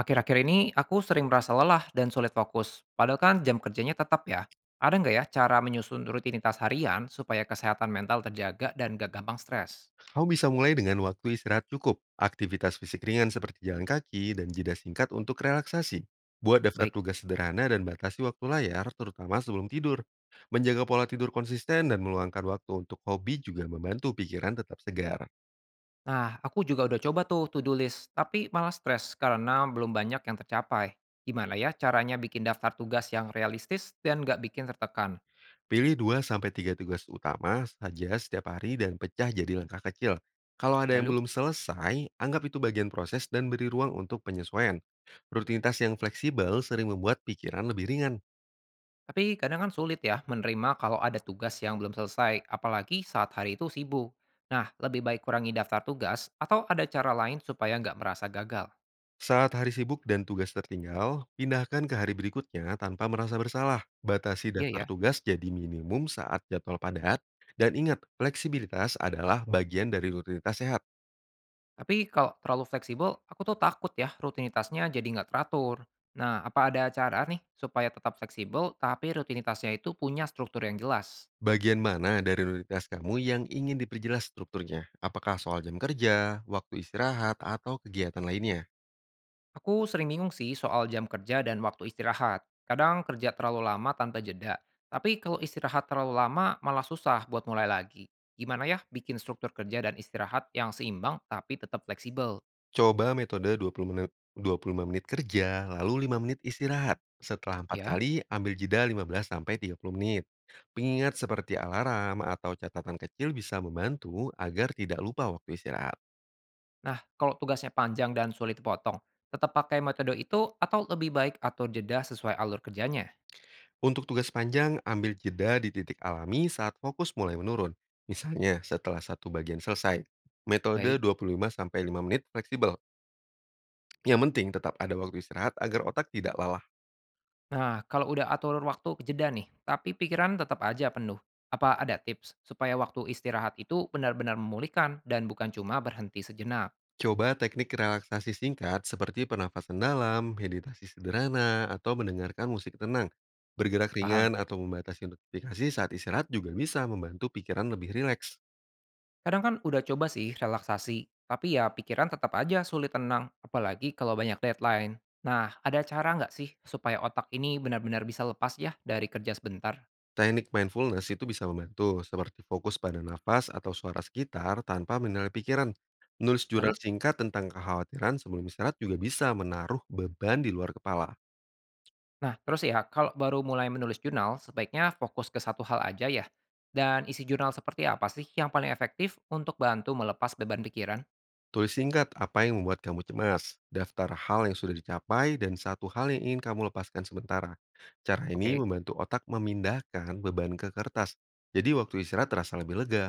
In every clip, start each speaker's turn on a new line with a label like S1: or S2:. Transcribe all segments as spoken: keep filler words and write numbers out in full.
S1: Akhir-akhir ini aku sering merasa lelah dan sulit fokus, padahal kan jam kerjanya tetap ya. Ada nggak ya cara menyusun rutinitas harian supaya kesehatan mental terjaga dan gak gampang stres?
S2: Kau bisa mulai dengan waktu istirahat cukup, aktivitas fisik ringan seperti jalan kaki, dan jeda singkat untuk relaksasi. Buat daftar
S1: Baik.
S2: tugas sederhana dan batasi waktu layar, terutama sebelum tidur. Menjaga pola tidur konsisten dan meluangkan waktu untuk hobi juga membantu pikiran tetap segar.
S1: Nah, aku juga udah coba tuh to-do list, tapi malah stres karena belum banyak yang tercapai. Gimana ya caranya bikin daftar tugas yang realistis dan gak bikin tertekan?
S2: Pilih dua sampai tiga tugas utama saja setiap hari dan pecah jadi langkah kecil. Kalau ada yang
S1: Lalu?
S2: belum selesai, anggap itu bagian proses dan beri ruang untuk penyesuaian. Rutinitas yang fleksibel sering membuat pikiran lebih ringan.
S1: Tapi kadang kan sulit ya menerima kalau ada tugas yang belum selesai, apalagi saat hari itu sibuk. Nah, lebih baik kurangi daftar tugas atau ada cara lain supaya nggak merasa gagal.
S2: Saat hari sibuk dan tugas tertinggal, pindahkan ke hari berikutnya tanpa merasa bersalah. Batasi
S1: Iya
S2: daftar
S1: ya.
S2: tugas jadi minimum saat jadwal padat. Dan ingat, fleksibilitas adalah bagian dari rutinitas sehat.
S1: Tapi kalau terlalu fleksibel, aku tuh takut ya rutinitasnya jadi nggak teratur. Nah, apa ada cara nih supaya tetap fleksibel tapi rutinitasnya itu punya struktur yang jelas?
S2: Bagian mana dari rutinitas kamu yang ingin diperjelas strukturnya? Apakah soal jam kerja, waktu istirahat, atau kegiatan lainnya?
S1: Aku sering bingung sih soal jam kerja dan waktu istirahat. Kadang kerja terlalu lama tanpa jeda, tapi kalau istirahat terlalu lama malah susah buat mulai lagi. Gimana ya bikin struktur kerja dan istirahat yang seimbang tapi tetap fleksibel,
S2: Coba metode dua puluh menit dua puluh lima menit kerja, lalu lima menit istirahat. Setelah empat
S1: ya?
S2: kali, ambil jeda lima belas sampai tiga puluh menit. Pengingat seperti alarm atau catatan kecil bisa membantu agar tidak lupa waktu istirahat.
S1: Nah, kalau tugasnya panjang dan sulit dipotong, tetap pakai metode itu atau lebih baik atur jeda sesuai alur kerjanya?
S2: Untuk tugas panjang, ambil jeda di titik alami saat fokus mulai menurun. Misalnya, setelah satu bagian selesai.
S1: Baik.
S2: Metode dua puluh lima sampai lima menit fleksibel. Yang penting tetap ada waktu istirahat agar otak tidak lelah.
S1: Nah, kalau udah atur waktu ke jeda nih, tapi pikiran tetap aja penuh. Apa ada tips supaya waktu istirahat itu benar-benar memulihkan dan bukan cuma berhenti sejenak?
S2: Coba teknik relaksasi singkat seperti pernafasan dalam, meditasi sederhana, atau mendengarkan musik tenang. Bergerak
S1: Paham.
S2: ringan atau membatasi notifikasi saat istirahat juga bisa membantu pikiran lebih rileks.
S1: Kadang kan udah coba sih relaksasi, tapi ya pikiran tetap aja sulit tenang, apalagi kalau banyak deadline. Nah, ada cara nggak sih supaya otak ini benar-benar bisa lepas ya dari kerja sebentar?
S2: Teknik mindfulness itu bisa membantu, seperti fokus pada nafas atau suara sekitar tanpa menilai pikiran. Menulis jurnal
S1: Lalu?
S2: singkat tentang kekhawatiran sebelum istirahat juga bisa menaruh beban di luar kepala.
S1: Nah, terus ya, kalau baru mulai menulis jurnal, sebaiknya fokus ke satu hal aja ya. Dan isi jurnal seperti apa sih yang paling efektif untuk bantu melepas beban pikiran?
S2: Tulis singkat apa yang membuat kamu cemas, daftar hal yang sudah dicapai, dan satu hal yang ingin kamu lepaskan sementara. Cara ini
S1: Oke.
S2: membantu otak memindahkan beban ke kertas, jadi waktu istirahat terasa lebih lega.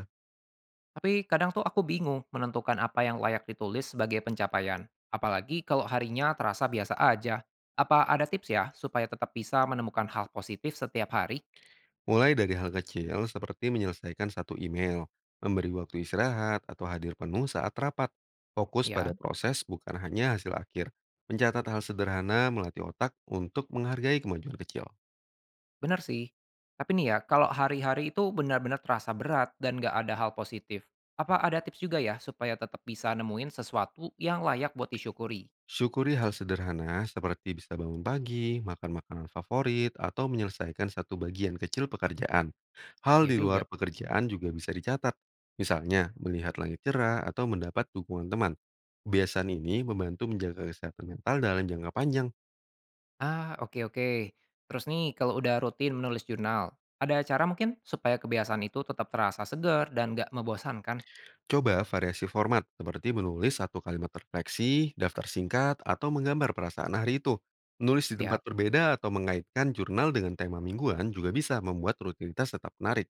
S1: Tapi kadang tuh aku bingung menentukan apa yang layak ditulis sebagai pencapaian. Apalagi kalau harinya terasa biasa aja. Apa ada tips ya supaya tetap bisa menemukan hal positif setiap hari?
S2: Mulai dari hal kecil seperti menyelesaikan satu email, memberi waktu istirahat, atau hadir penuh saat rapat. Fokus pada
S1: Ya,
S2: proses bukan hanya hasil akhir. Mencatat hal sederhana melatih otak untuk menghargai kemajuan kecil.
S1: bener sih. Tapi nih ya, kalau hari-hari itu benar-benar terasa berat dan nggak ada hal positif, apa ada tips juga ya supaya tetap bisa nemuin sesuatu yang layak buat disyukuri?
S2: Syukuri hal sederhana seperti bisa bangun pagi, makan makanan favorit, atau menyelesaikan satu bagian kecil pekerjaan. Hal
S1: Ya
S2: di
S1: juga.
S2: luar pekerjaan juga bisa dicatat, misalnya melihat langit cerah atau mendapat dukungan teman. Kebiasaan ini membantu menjaga kesehatan mental dalam jangka panjang.
S1: Ah, oke oke. Terus nih, kalau udah rutin menulis jurnal, ada cara mungkin supaya kebiasaan itu tetap terasa segar dan nggak membosankan?
S2: Coba variasi format seperti menulis satu kalimat refleksi, daftar singkat, atau menggambar perasaan hari itu. Menulis di tempat
S1: Siap.
S2: berbeda atau mengaitkan jurnal dengan tema mingguan juga bisa membuat rutinitas tetap menarik.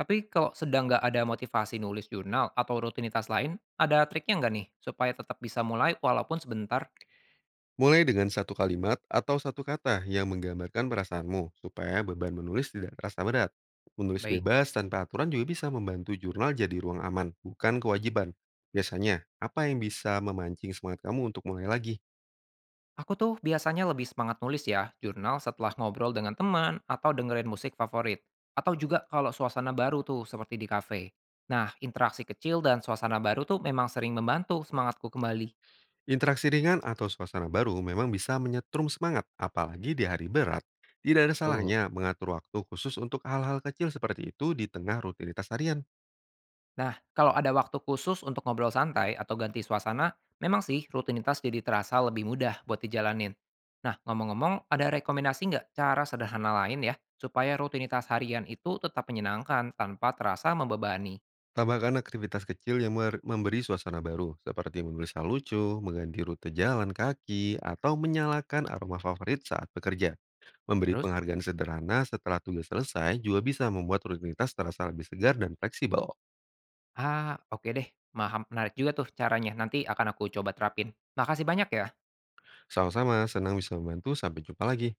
S1: Tapi kalau sedang nggak ada motivasi nulis jurnal atau rutinitas lain, ada triknya nggak nih supaya tetap bisa mulai walaupun sebentar?
S2: Mulai dengan satu kalimat atau satu kata yang menggambarkan perasaanmu, supaya beban menulis tidak terasa berat. Menulis
S1: Baik.
S2: bebas tanpa aturan juga bisa membantu jurnal jadi ruang aman, bukan kewajiban. Biasanya, apa yang bisa memancing semangat kamu untuk mulai lagi?
S1: Aku tuh biasanya lebih semangat nulis ya jurnal setelah ngobrol dengan teman atau dengerin musik favorit. Atau juga kalau suasana baru tuh seperti di kafe. Nah, interaksi kecil dan suasana baru tuh memang sering membantu semangatku kembali.
S2: Interaksi ringan atau suasana baru memang bisa menyetrum semangat, apalagi di hari berat. Tidak ada
S1: Betul.
S2: salahnya mengatur waktu khusus untuk hal-hal kecil seperti itu di tengah rutinitas harian.
S1: Nah, kalau ada waktu khusus untuk ngobrol santai atau ganti suasana, memang sih rutinitas jadi terasa lebih mudah buat dijalanin. Nah, ngomong-ngomong, ada rekomendasi nggak cara sederhana lain ya, supaya rutinitas harian itu tetap menyenangkan tanpa terasa membebani?
S2: Tambahkan aktivitas kecil yang mer- memberi suasana baru, seperti menulis hal lucu, mengganti rute jalan kaki, atau menyalakan aroma favorit saat bekerja. Memberi
S1: Terus?
S2: penghargaan sederhana setelah tugas selesai juga bisa membuat rutinitas terasa lebih segar dan fleksibel.
S1: Ah, oke deh. Maham, menarik juga tuh caranya. Nanti akan aku coba terapin. Makasih banyak ya.
S2: Sama-sama, senang bisa membantu. Sampai jumpa lagi.